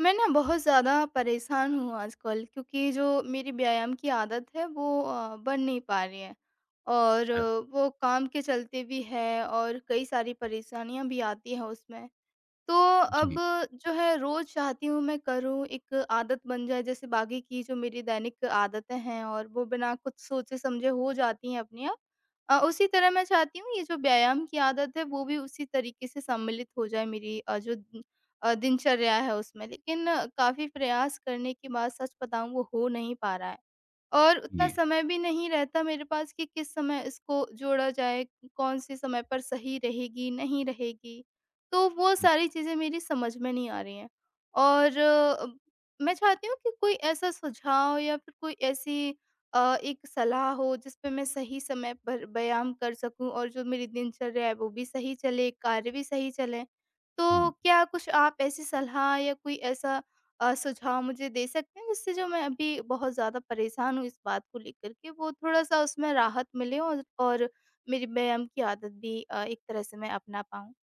मैं ना बहुत ज़्यादा परेशान हूँ आजकल, क्योंकि जो मेरी व्यायाम की आदत है वो बन नहीं पा रही है। और अच्छा, वो काम के चलते भी है, और कई सारी परेशानियाँ भी आती हैं उसमें। तो अब जी, जो है, रोज़ चाहती हूँ मैं करूँ, एक आदत बन जाए, जैसे बाकी की जो मेरी दैनिक आदतें हैं और वो बिना कुछ सोचे-समझे हो जाती हैं अपने आप। उसी तरह मैं चाहती हूँ ये जो व्यायाम की आदत है वो भी उसी तरीके से सम्मिलित हो जाए मेरी जो दिनचर्या है उसमें। लेकिन काफ़ी प्रयास करने के बाद, सच बताऊँ, वो हो नहीं पा रहा है। और उतना जी। समय भी नहीं रहता मेरे पास कि किस समय इसको जोड़ा जाए, कौन से समय पर सही रहेगी, नहीं रहेगी। तो वो हुँ, सारी चीज़ें मेरी समझ में नहीं आ रही हैं। और मैं चाहती हूँ कि कोई ऐसा सुझाव या फिर कोई ऐसी एक सलाह हो जिस पे मैं सही समय पर व्यायाम कर सकूँ, और जो मेरी दिनचर्या है वो भी सही चले, कार्य भी सही चलें। तो हुँ। क्या कुछ आप ऐसी सलाह या कोई ऐसा सुझाव मुझे दे सकते हैं, जिससे जो मैं अभी बहुत ज़्यादा परेशान हूँ इस बात को लेकर के, वो थोड़ा-सा उसमें राहत मिले, और मेरी व्यायाम की आदत भी एक तरह से मैं अपना पाऊँ?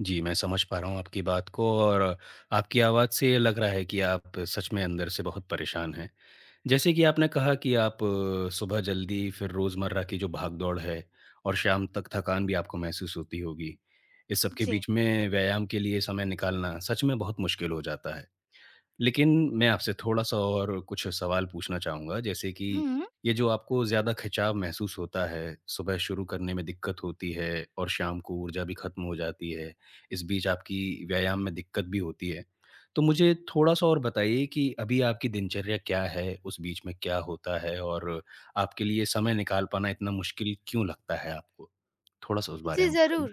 जी, मैं समझ पा रहा हूँ आपकी बात को और आपकी आवाज़ से ये लग रहा है कि आप सच में अंदर से बहुत परेशान हैं। जैसे कि आपने कहा कि आप सुबह जल्दी फिर रोज़मर्रा की जो भाग-दौड़ है और शाम तक थकान भी आपको महसूस होती होगी। इस सब के जी। बीच में व्यायाम के लिए समय निकालना सच में बहुत मुश्किल हो जाता है। लेकिन मैं आपसे थोड़ा-सा और कुछ सवाल पूछना चाहूँगा, जैसे कि हुँ। ये जो आपको ज़्यादा खिंचाव महसूस होता है, सुबह शुरू करने में दिक्कत होती है और शाम को ऊर्जा भी खत्म हो जाती है, इस बीच आपकी व्यायाम में दिक्कत भी होती है। तो मुझे थोड़ा-सा और बताइए कि अभी आपकी दिनचर्या क्या है? उस बीच में क्या होता है? और आपके लिए समय निकाल पाना इतना मुश्किल क्यों लगता है आपको? थोड़ा-सा उस बारे जी, में बताइए। ज़रूर।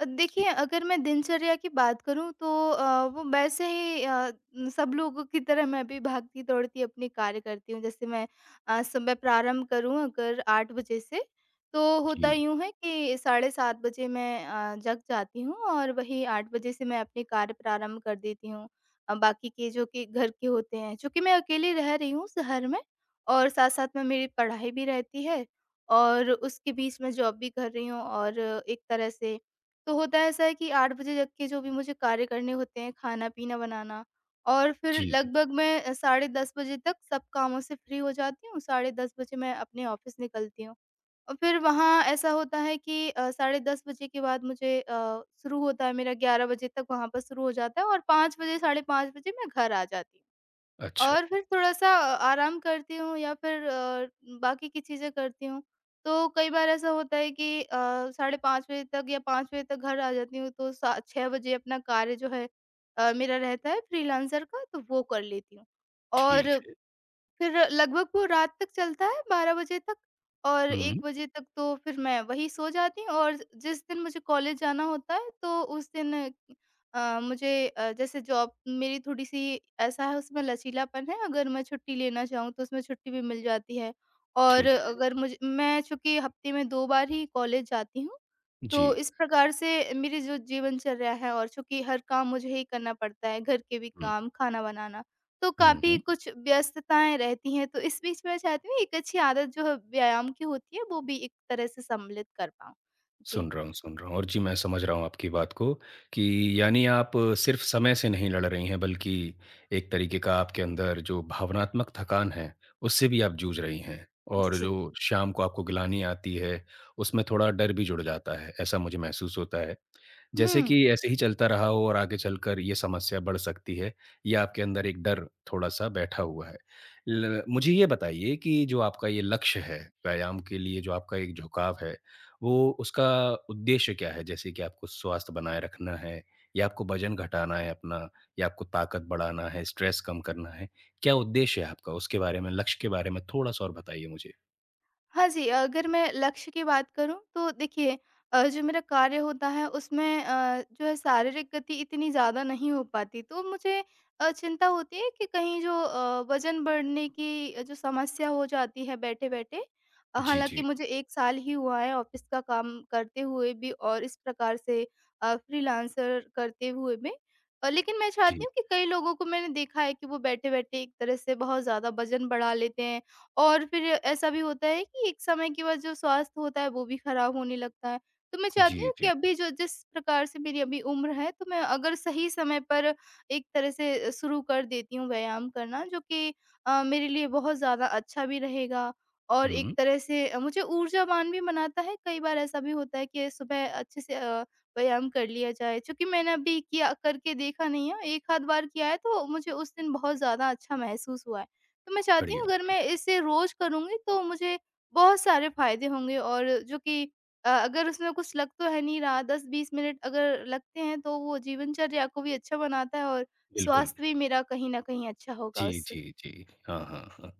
देखिए, जी, अगर मैं दिनचर्या की बात करूँ तो वो वैसे ही सब लोगों की तरह मैं भी भागती-दौड़ती अपने कार्य करती हूँ। जैसे मैं सुबह प्रारंभ करूँ अगर 8 बजे से, तो होता जी, यूँ है कि साढ़े 7 बजे मैं जग जाती हूँ, और वही 8 बजे से मैं अपने कार्य प्रारंभ कर देती हूँ। बाकी के जो कि घर के होते हैं, चूँकि मैं अकेली रह रही हूँ शहर में, और साथ-साथ में मेरी पढ़ाई भी रहती है, और उसके बीच मैं जॉब भी कर रही हूँ, और एक तरह से तो होता है ऐसा है कि 8 बजे जग के जो भी मुझे कार्य करने होते हैं, खाना-पीना बनाना, और फिर जी। लगभग मैं साढ़े 10 बजे तक सब कामों से फ्री हो जाती हूँ, साढ़े 10 बजे मैं अपने ऑफ़िस निकलती हूँ। और फिर वहाँ ऐसा होता है कि साढ़े 10 बजे के बाद मुझे शुरू होता है मेरा, 11 बजे तक वहाँ पर शुरू हो जाता है, और 5 बजे, साढ़े 5 बजे मैं घर आ जाती हूँ। अच्छा, और फिर थोड़ा-सा आराम करती हूँ या फिर बाकी की चीज़ें करती हूँ। तो कई बार ऐसा होता है कि साढ़े 5 बजे तक या 5 बजे तक घर आ जाती हूँ, तो सा 6 बजे अपना कार्य जो है मेरा रहता है फ्रीलांसर का, तो वो कर लेती हूँ। ठीक और है। फिर लगभग वो रात तक चलता है, 12 बजे तक और हुँ, 1 बजे तक, तो फिर मैं वही सो जाती हूँ। और जिस दिन मुझे कॉलेज जाना होता है, तो उस दिन मुझे, जैसे जॉब मेरी थोड़ी-सी ऐसा है, उसमें लचीलापन है, अगर मैं छुट्टी लेना चाहूँ तो उसमें छुट्टी भी मिल जाती है। और ठीक है। अगर मुझे, मैं चूँकि हफ्ते में 2 बार ही कॉलेज जाती हूँ, तो जी, इस प्रकार से मेरी जो जीवनचर्या है, और चूँकि हर काम मुझे ही करना पड़ता है, घर के भी हुँ। काम, खाना बनाना। तो हुँ, काफ़ी हुँ। कुछ व्यस्तताएँ रहती हैं, तो इस बीच मैं चाहती हूँ एक अच्छी आदत जो है व्यायाम की होती है, वो भी एक तरह से सम्मिलित कर पाऊँ। जी, सुन रहा हूँ और जी, मैं समझ रहा हूँ आपकी बात को कि यानी आप सिर्फ़ समय से नहीं लड़ रही हैं बल्कि एक तरीके का आपके अंदर जो भावनात्मक थकान है, उससे भी आप जूझ रही हैं और जी। जो शाम को आपको गिलानी आती है, उसमें थोड़ा डर भी जुड़ जाता है, ऐसा मुझे महसूस होता है। जैसे हुँ। कि ऐसे ही चलता रहा हो और आगे चलकर ये समस्या बढ़ सकती है, ये आपके अंदर एक डर थोड़ा-सा बैठा हुआ है। ल मुझे ये बताइए कि जो आपका ये लक्ष्य है, व्यायाम के लिए जो आपका एक झुकाव है वो उसका उद्देश्य क्या है? जैसे कि आपको स्वास्थ्य बनाए रखना है या आपको वज़न घटाना है अपना या आपको ताकत बढ़ाना है, स्ट्रेस कम करना है? क्या उद्देश्य है आपका? उसके बारे में, लक्ष्य के बारे में थोड़ा-सा और बताइए मुझे। हाँ जी, अगर मैं लक्ष्य की बात करूँ तो देखिए, जो मेरा कार्य होता है उसमें जो है शारीरिक गति इतनी ज़्यादा नहीं हो पाती, तो मुझे चिंता होती है कि कहीं जो वज़न बढ़ने की जो समस्या हो जाती है बैठे-बैठे। जी, हालाँकि जी। मुझे 1 साल ही हुआ है ऑफ़िस का काम करते हुए भी, और इस प्रकार से फ्रीलांसर करते हुए भी। लेकिन मैं चाहती जी। हूँ, कि कई लोगों को मैंने देखा है कि वो बैठे-बैठे एक तरह से बहुत ज़्यादा वज़न बढ़ा लेते हैं, और फिर ऐसा भी होता है कि एक समय के बाद जो स्वास्थ्य होता है वो भी खराब होने लगता है। तो मैं चाहती जी, हूँ कि जी। अभी जो, जिस प्रकार से मेरी अभी उम्र है, तो मैं अगर सही समय पर एक तरह से शुरू कर देती हूँ व्यायाम करना, जो कि मेरे लिए बहुत ज़्यादा अच्छा भी रहेगा, और एक हुँ, तरह से मुझे ऊर्जावान भी बनाता है। कई बार ऐसा भी होता है कि सुबह अच्छे से व्यायाम कर लिया जाए। चूँकि मैंने अभी किया करके देखा नहीं है, एक आध बार किया है तो मुझे उस दिन बहुत ज़्यादा अच्छा महसूस हुआ है। तो मैं चाहती हूँ, बढ़िया, अगर मैं बढ़िया। इसे रोज करूँगी तो मुझे बहुत सारे फ़ायदे होंगे, और जो कि अगर उसमें कुछ लग तो है नहीं रहा, 10-20 मिनट अगर लगते हैं तो वो जीवनचर्या को भी अच्छा बनाता है, और बिल्कुल। स्वास्थ्य भी मेरा कहीं न कहीं अच्छा होगा जी, उससे। जी, जी। हाँ, हाँ, हाँ।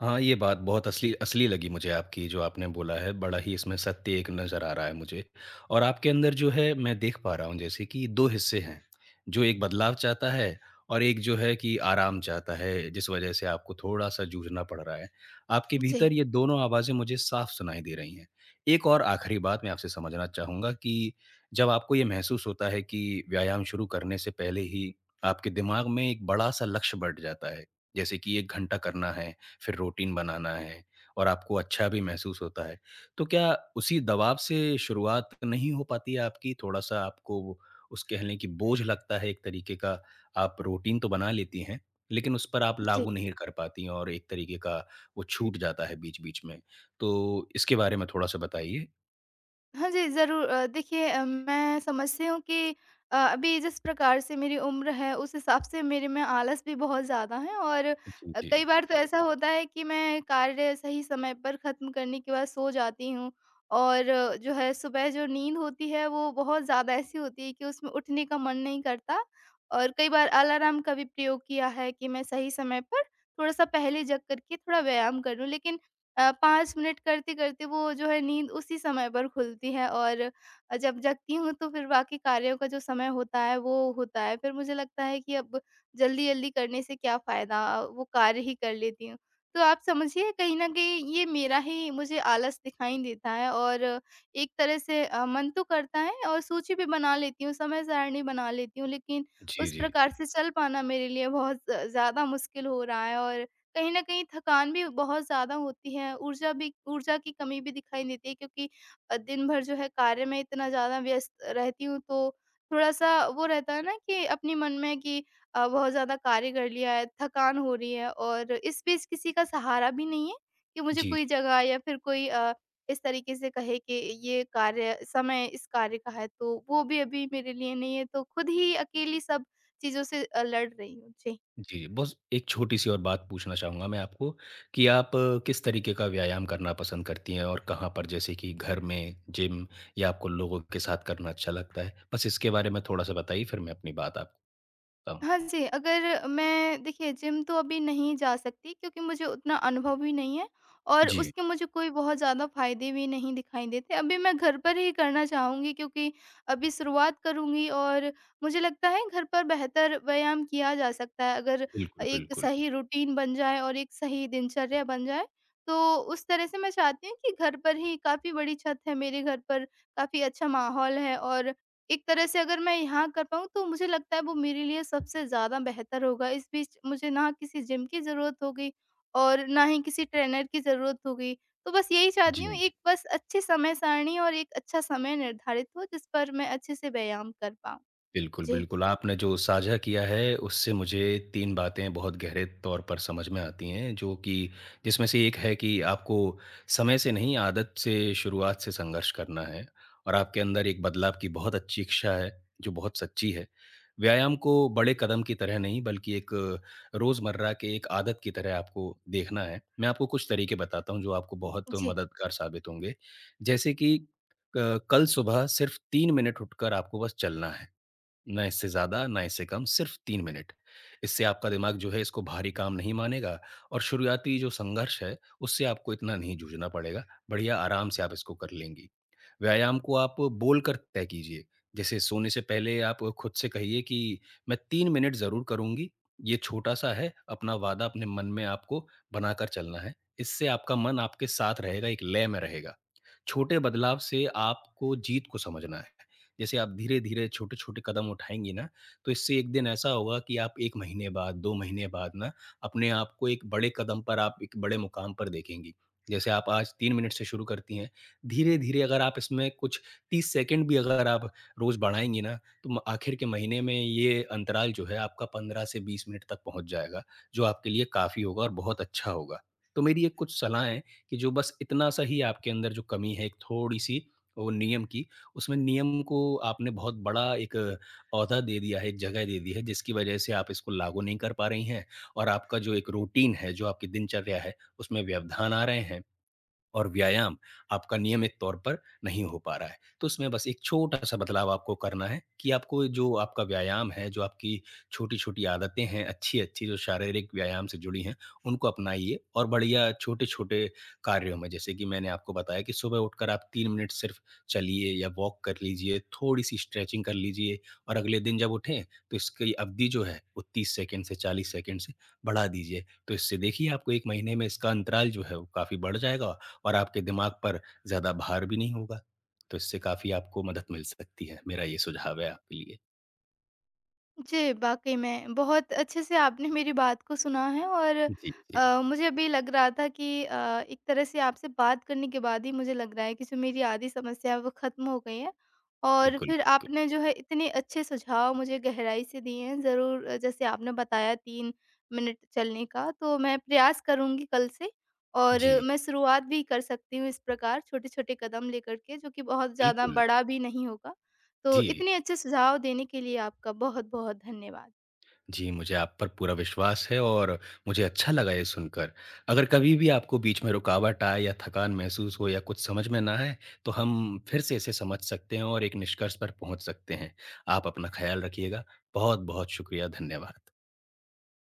हाँ, ये बात बहुत असली असली लगी मुझे आपकी जो आपने बोला है, बड़ा ही इसमें सत्य एक नज़र आ रहा है मुझे। और आपके अंदर जो है मैं देख पा रहा हूँ जैसे कि 2 हिस्से हैं, जो एक बदलाव चाहता है और एक जो है कि आराम चाहता है, जिस वजह से आपको थोड़ा-सा जूझना पड़ रहा है। आपके जी। भीतर ये दोनों आवाज़ें मुझे साफ सुनाई दे रही हैं। एक और आखिरी बात मैं आपसे समझना चाहूँगा कि जब आपको ये महसूस होता है कि व्यायाम शुरू करने से पहले ही आपके दिमाग में एक बड़ा-सा लक्ष्य बँट जाता है। जैसे कि 1 घंटा करना है, फिर रूटीन बनाना है और आपको अच्छा भी महसूस होता है। तो क्या उसी दबाव से शुरुआत नहीं हो पाती है आपकी? थोड़ा-सा आपको वो उस कह लें कि बोझ लगता है एक तरीके का। आप रूटीन तो बना लेती हैं, लेकिन उस पर आप जी। लागू नहीं कर पाती हैं और एक तरीके का वो छूट जाता है बीच-बीच में। तो इसके बारे में थोड़ा-सा बताइए? हाँ जी, ज़रूर। देखिए, मैं समझती हूँ कि अभी जिस प्रकार से मेरी उम्र है उस हिसाब से मेरे में आलस भी बहुत ज़्यादा है, और जी, जी। कई बार तो ऐसा होता है कि मैं कार्य सही समय पर ख़त्म करने के बाद सो जाती हूँ, और जो है सुबह जो नींद होती है वो बहुत ज़्यादा ऐसी होती है कि उसमें उठने का मन नहीं करता। और कई बार अलार्म का भी प्रयोग किया है कि मैं सही समय पर थोड़ा-सा पहले जग करके थोड़ा व्यायाम कर लूँ। लेकिन 5 मिनट करते-करते वो जो है नींद उसी समय पर खुलती है, और जब जगती हूँ तो फिर बाकी कार्यों का जो समय होता है वो होता है। फिर मुझे लगता है कि अब जल्दी-जल्दी करने से क्या फ़ायदा, वो कार्य ही कर लेती हूँ। तो आप समझिए, कहीं न कहीं ये मेरा ही, मुझे आलस दिखाई देता है, और एक तरह से मन तो करता है और सूची भी बना लेती हूँ, समय सारिणी बना लेती हूँ, लेकिन जी, उस जी। प्रकार से चल पाना मेरे लिए बहुत ज़ ज़्यादा मुश्किल हो रहा है। और कहीं न कहीं थकान भी बहुत ज़्यादा होती है, ऊर्जा की कमी भी दिखाई देती है, क्योंकि दिन भर जो है कार्य में इतना ज़्यादा व्यस्त रहती हूँ, तो थोड़ा-सा वो रहता है ना कि अपने मन में कि बहुत ज़्यादा कार्य कर लिया है, थकान हो रही है, और इस बीच किसी का सहारा भी नहीं है कि मुझे जी, कोई जगह या फिर कोई इस तरीके से कहे कि ये कार्य समय इस कार्य का है, तो वो भी अभी मेरे लिए नहीं है, तो खुद ही अकेली सब चीज़ों से लड़ रही हूँ। जी। जी, जी। बस एक छोटी-सी और बात पूछना चाहूँगा मैं आपको कि आप किस तरीके का व्यायाम करना पसंद करती हैं और कहाँ पर? जैसे कि घर में, जिम या आपको लोगों के साथ करना अच्छा लगता है? बस इसके बारे में थोड़ा-सा बताइए, फिर मैं अपनी बात आपको बताऊँ। हाँ जी, अगर मैं, देखिए, जिम तो अभी नहीं जा सकती, क्योंकि मुझे उतना अनुभव भी नहीं है, और जी। उसके मुझे कोई बहुत ज़्यादा फ़ायदे भी नहीं दिखाई देते। अभी मैं घर पर ही करना चाहूँगी, क्योंकि अभी शुरुआत करूँगी और मुझे लगता है घर पर बेहतर व्यायाम किया जा सकता है, अगर बिल्कुल, एक बिल्कुल। सही रूटीन बन जाए और एक सही दिनचर्या बन जाए। तो उस तरह से मैं चाहती हूँ कि घर पर ही, काफ़ी बड़ी छत है मेरे घर पर, काफ़ी अच्छा माहौल है, और एक तरह से अगर मैं यहाँ कर पाऊँ तो मुझे लगता है वो मेरे लिए सबसे ज़्यादा बेहतर होगा। इस बीच मुझे ना किसी जिम की ज़रूरत होगी, और ना ही किसी ट्रेनर की ज़रूरत होगी। तो बस यही चाहती जी। हूँ, एक बस अच्छी समय सारणी और एक अच्छा समय निर्धारित हो, जिस पर मैं अच्छे से व्यायाम कर पाऊँ। बिल्कुल, जी। बिल्कुल। आपने जो साझा किया है उससे मुझे 3 बातें बहुत गहरे तौर पर समझ में आती हैं जो कि जिसमें से एक है कि आपको समय से नहीं आदत से शुरुआत से संघर्ष करना है और आपके अंदर एक बदलाव की बहुत अच्छी इच्छा है, जो बहुत सच्ची है। व्यायाम को बड़े कदम की तरह नहीं बल्कि एक रोज़मर्रा के एक आदत की तरह आपको देखना है। मैं आपको कुछ तरीके बताता हूँ जो आपको बहुत जी। मददगार साबित होंगे। जैसे कि कल सुबह सिर्फ़ 3 मिनट उठकर आपको बस चलना है। ना इससे ज़्यादा, ना इससे कम, सिर्फ 3 मिनट। इससे आपका दिमाग जो है इसको भारी काम नहीं मानेगा और शुरुआती जो संघर्ष है, उससे आपको इतना नहीं जूझना पड़ेगा, बढ़िया आराम से आप इसको कर लेंगी। व्यायाम को आप बोलकर तय कीजिए, जैसे सोने से पहले आप खुद से कहिए कि मैं 3 मिनट ज़रूर करूँगी, ये छोटा-सा है, अपना वादा अपने मन में आपको बनाकर चलना है। इससे आपका मन आपके साथ रहेगा, एक लय में रहेगा। छोटे बदलाव से आपको जीत को समझना है। जैसे आप धीरे-धीरे, छोटे-छोटे कदम उठाएँगी ना, तो इससे एक दिन ऐसा होगा कि आप 1 महीने बाद, 2 महीने बाद ना, अपने आप को एक बड़े कदम पर, आप एक बड़े मुकाम पर देखेंगी। जैसे आप आज 3 मिनट से शुरू करती हैं, धीरे-धीरे अगर आप इसमें कुछ 30 सेकंड भी अगर आप रोज़ बढ़ाएँगी ना, तो म आखिर के महीने में ये अंतराल जो है, आपका 15 से 20 मिनट तक पहुँच जाएगा, जो आपके लिए काफ़ी होगा और बहुत अच्छा होगा। तो मेरी ये कुछ सलाहें कि जो बस इतना सा ही आपके अंदर जो कमी है एक थोड़ी-सी वो नियम की, उसमें नियम को आपने बहुत बड़ा एक ओहदा दे दिया है, एक जगह दे दी है जिसकी वजह से आप इसको लागू नहीं कर पा रही हैं और आपका जो एक रूटीन है, जो आपकी दिनचर्या है उसमें व्यवधान आ रहे हैं। और व्यायाम आपका नियमित तौर पर नहीं हो पा रहा है। तो उसमें बस एक छोटा-सा बदलाव आपको करना है कि आपको जो आपका व्यायाम है, जो आपकी छोटी-छोटी आदतें हैं, अच्छी-अच्छी जो शारीरिक व्यायाम से जुड़ी हैं, उनको अपनाइए और बढ़िया छोटे-छोटे कार्यों में जैसे कि मैंने आपको बताया कि सुबह उठकर आप 3 मिनट सिर्फ़ चलिए या वॉक कर लीजिए, थोड़ी-सी स्ट्रेचिंग कर लीजिए और अगले दिन जब उठें, तो इसकी अवधि जो है वो 30 सेकंड से 40 सेकंड से बढ़ा दीजिए। तो इससे देखिए आपको 1 महीने में इसका अंतराल जो है वो काफ़ी बढ़ जाएगा और आपके दिमाग पर ज़्यादा भार भी नहीं होगा। तो इससे काफ़ी आपको मदद मिल सकती है। मेरा ये सुझाव है आपके लिए। जी, वाक़ई में बहुत अच्छे से आपने मेरी बात को सुना है, और जी, जी। मुझे अभी लग रहा था कि एक तरह से आपसे बात करने के बाद ही मुझे लग रहा है कि जो मेरी आधी समस्या है वो ख़त्म हो गई है। और बिल्कुल, फिर बिल्कुल। आपने जो है इतने अच्छे सुझाव मुझे गहराई से दिए हैं ज़रूर। जैसे आपने बताया 3 मिनट चलने का, तो मैं प्रयास करूँगी कल से, और जी, मैं शुरुआत भी कर सकती हूँ इस प्रकार छोटे-छोटे कदम लेकर के, जो कि बहुत ज़्यादा बिल्कुल। बड़ा भी नहीं होगा। तो जी। इतने अच्छे सुझाव देने के लिए आपका बहुत-बहुत धन्यवाद। जी, मुझे आप पर पूरा विश्वास है और मुझे अच्छा लगा ये सुनकर। अगर कभी भी आपको बीच में रुकावट आए या थकान महसूस हो या कुछ समझ में ना आए, तो हम फिर से इसे समझ सकते हैं और एक निष्कर्ष पर पहुँच सकते हैं। आप अपना ख़्याल रखिएगा। बहुत-बहुत शुक्रिया, धन्यवाद।